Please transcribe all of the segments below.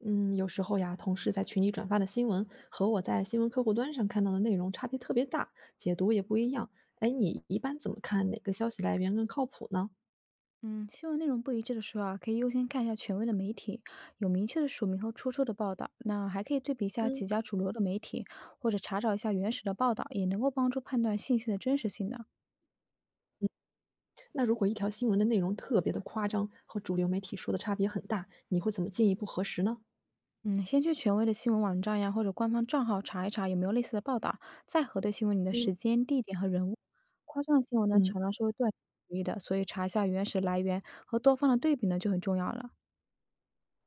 嗯，有时候呀，同事在群里转发的新闻和我在新闻客户端上看到的内容差别特别大，解读也不一样。哎，你一般怎么看哪个消息来源更靠谱呢？嗯，新闻内容不一致的时候啊，可以优先看一下权威的媒体有明确的署名和出处的报道。那还可以对比一下嗯，几家主流的媒体，或者查找一下原始的报道，也能够帮助判断信息的真实性的。那如果一条新闻的内容特别的夸张，和主流媒体说的差别很大，你会怎么进一步核实呢？嗯，先去权威的新闻网站呀，或者官方账号查一查有没有类似的报道，再核对新闻里的嗯时间、地点和人物。夸张的新闻呢，常嗯，常是会断章取义的，所以查一下原始来源和多方的对比呢，就很重要了。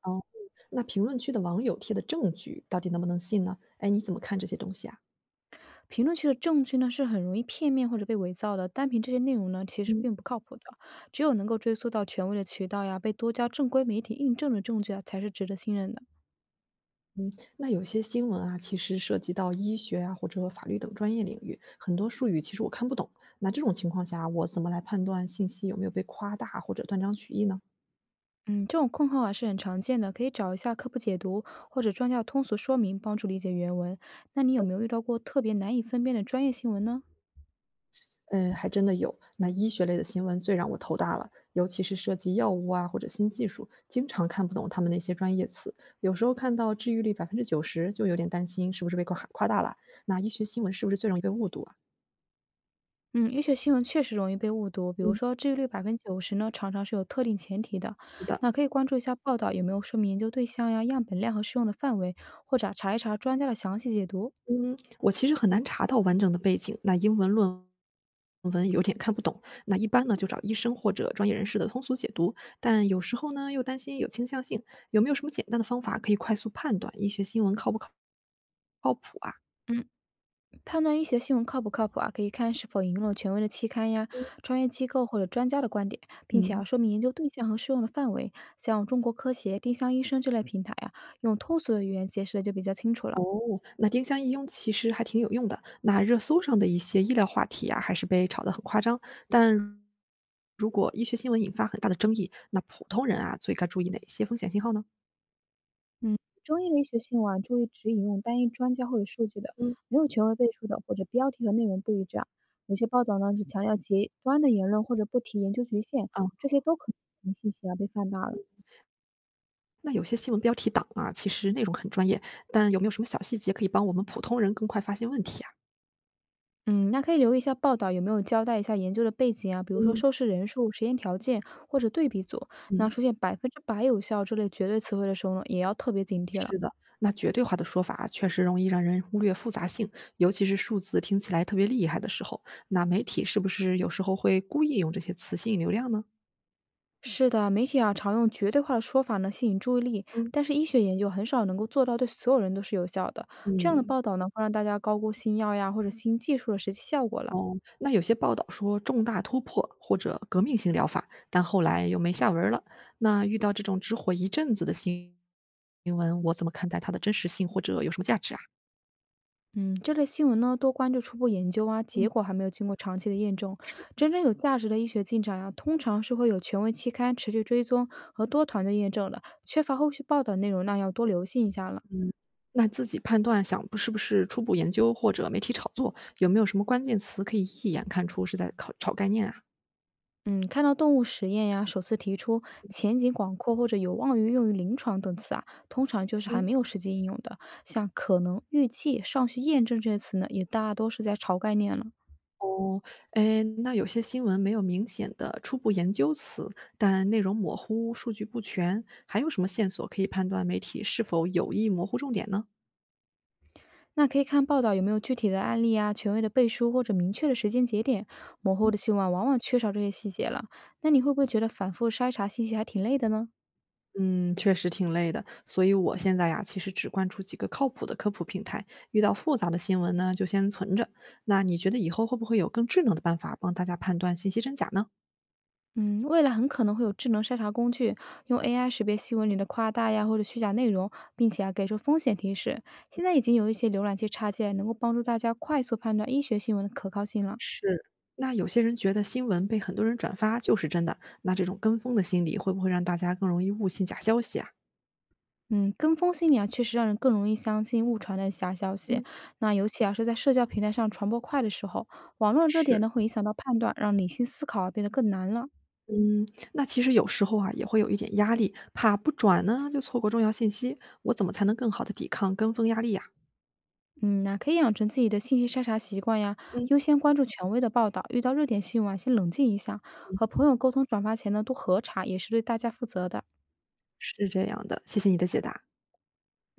哦，那评论区的网友贴的证据到底能不能信呢？哎，你怎么看这些东西啊？评论区的证据呢，是很容易片面或者被伪造的。单凭这些内容呢，其实嗯。并不靠谱的。只有能够追溯到权威的渠道呀，被多家正规媒体印证的证据啊，才是值得信任的。嗯，那有些新闻啊，其实涉及到医学啊或者法律等专业领域，很多术语其实我看不懂。那这种情况下，我怎么来判断信息有没有被夸大或者断章取义呢？嗯，这种困惑啊是很常见的，可以找一下科普解读或者专家的通俗说明，帮助理解原文。那你有没有遇到过特别难以分辨的专业新闻呢？嗯，还真的有。那医学类的新闻最让我头大了，尤其是涉及药物啊或者新技术，经常看不懂他们那些专业词。有时候看到治愈率90%，就有点担心是不是被夸夸大了。那医学新闻是不是最容易被误读啊？嗯，医学新闻确实容易被误读，比如嗯，说治愈率百分之九十呢，常常是有特定前提的。是的。那可以关注一下报道有没有说明研究对象呀、样本量和适用的范围，或者查一查专家的详细解读。嗯，我其实很难查到完整的背景，那英文论文有点看不懂。那一般呢，就找医生或者专业人士的通俗解读，但有时候呢，又担心有倾向性。有没有什么简单的方法可以快速判断医学新闻靠不靠谱啊？嗯，判断医学新闻靠不靠谱啊，可以看是否引用了权威的期刊呀、专业机构或者专家的观点，并且啊嗯，说明研究对象和适用的范围。像中国科协、丁香医生这类平台呀，用通俗的语言解释的就比较清楚了。哦，那丁香医用其实还挺有用的。那热搜上的一些医疗话题啊，还是被炒得很夸张。但如果医学新闻引发很大的争议，那普通人啊，最该注意哪些风险信号呢？嗯，中医的医学性啊，注意只引用单一专家或者数据的，嗯，没有权威背书的，或者标题和内容不一致啊。有些报道呢是强调极端的言论，或者不提研究局限，这些都可能信息啊被放大了。那有些新闻标题党啊，其实内容很专业，但有没有什么小细节可以帮我们普通人更快发现问题啊？嗯，那可以留意一下报道有没有交代一下研究的背景啊，比如说嗯，受试人数、实验条件或者对比组。那嗯，出现百分之百有效这类绝对词汇的时候呢，也要特别警惕了。是的，那绝对化的说法啊确实容易让人忽略复杂性，尤其是数字听起来特别厉害的时候，那媒体是不是有时候会故意用这些词吸引流量呢？是的，媒体啊常用绝对化的说法呢吸引注意力，嗯，但是医学研究很少能够做到对所有人都是有效的。这样的嗯，报道呢会让大家高估新药呀或者新技术的实际效果了。哦，那有些报道说重大突破或者革命性疗法，但后来又没下文儿了。那遇到这种只火一阵子的新闻，我怎么看待它的真实性或者有什么价值啊？嗯，这类新闻呢多关注初步研究啊，结果还没有经过长期的验证。真正有价值的医学进展呀、通常是会有权威期刊持续追踪和多团队验证的，缺乏后续报道内容，那要多留心一下了。嗯，那自己判断想是不是初步研究或者媒体炒作，有没有什么关键词可以一眼看出是在考炒概念啊？嗯，看到动物实验呀，首次提出前景广阔或者有望于用于临床等词啊，通常就是还嗯。没有实际应用的。像可能、预计、尚需验证这些词呢，也大多是在炒概念了。哦，哎，那有些新闻没有明显的初步研究词，但内容模糊、数据不全，还有什么线索可以判断媒体是否有意模糊重点呢？那可以看报道有没有具体的案例啊、权威的背书或者明确的时间节点。模糊的新闻往往缺少这些细节了。那你会不会觉得反复筛查信息还挺累的呢？嗯，确实挺累的，所以我现在呀，其实只关注几个靠谱的科普平台，遇到复杂的新闻呢，就先存着。那你觉得以后会不会有更智能的办法帮大家判断信息真假呢？嗯，未来很可能会有智能筛查工具，用 AI 识别新闻里的夸大呀或者虚假内容，并且啊给出风险提示。现在已经有一些浏览器插件能够帮助大家快速判断医学新闻的可靠性了。是，那有些人觉得新闻被很多人转发就是真的，那这种跟风的心理会不会让大家更容易误信假消息啊？嗯，跟风心理啊，确实让人更容易相信误传的假消息。嗯，那尤其啊是在社交平台上传播快的时候，网络热点呢是，会影响到判断，让理性思考啊变得更难了。嗯，那其实有时候啊也会有一点压力，怕不转呢就错过重要信息，我怎么才能更好的抵抗跟风压力呀、嗯，那可以养成自己的信息筛查习惯呀，嗯优先关注权威的报道。遇到热点新闻啊，先冷静一下，嗯，和朋友沟通转发前呢，多核查，也是对大家负责的。是这样的，谢谢你的解答。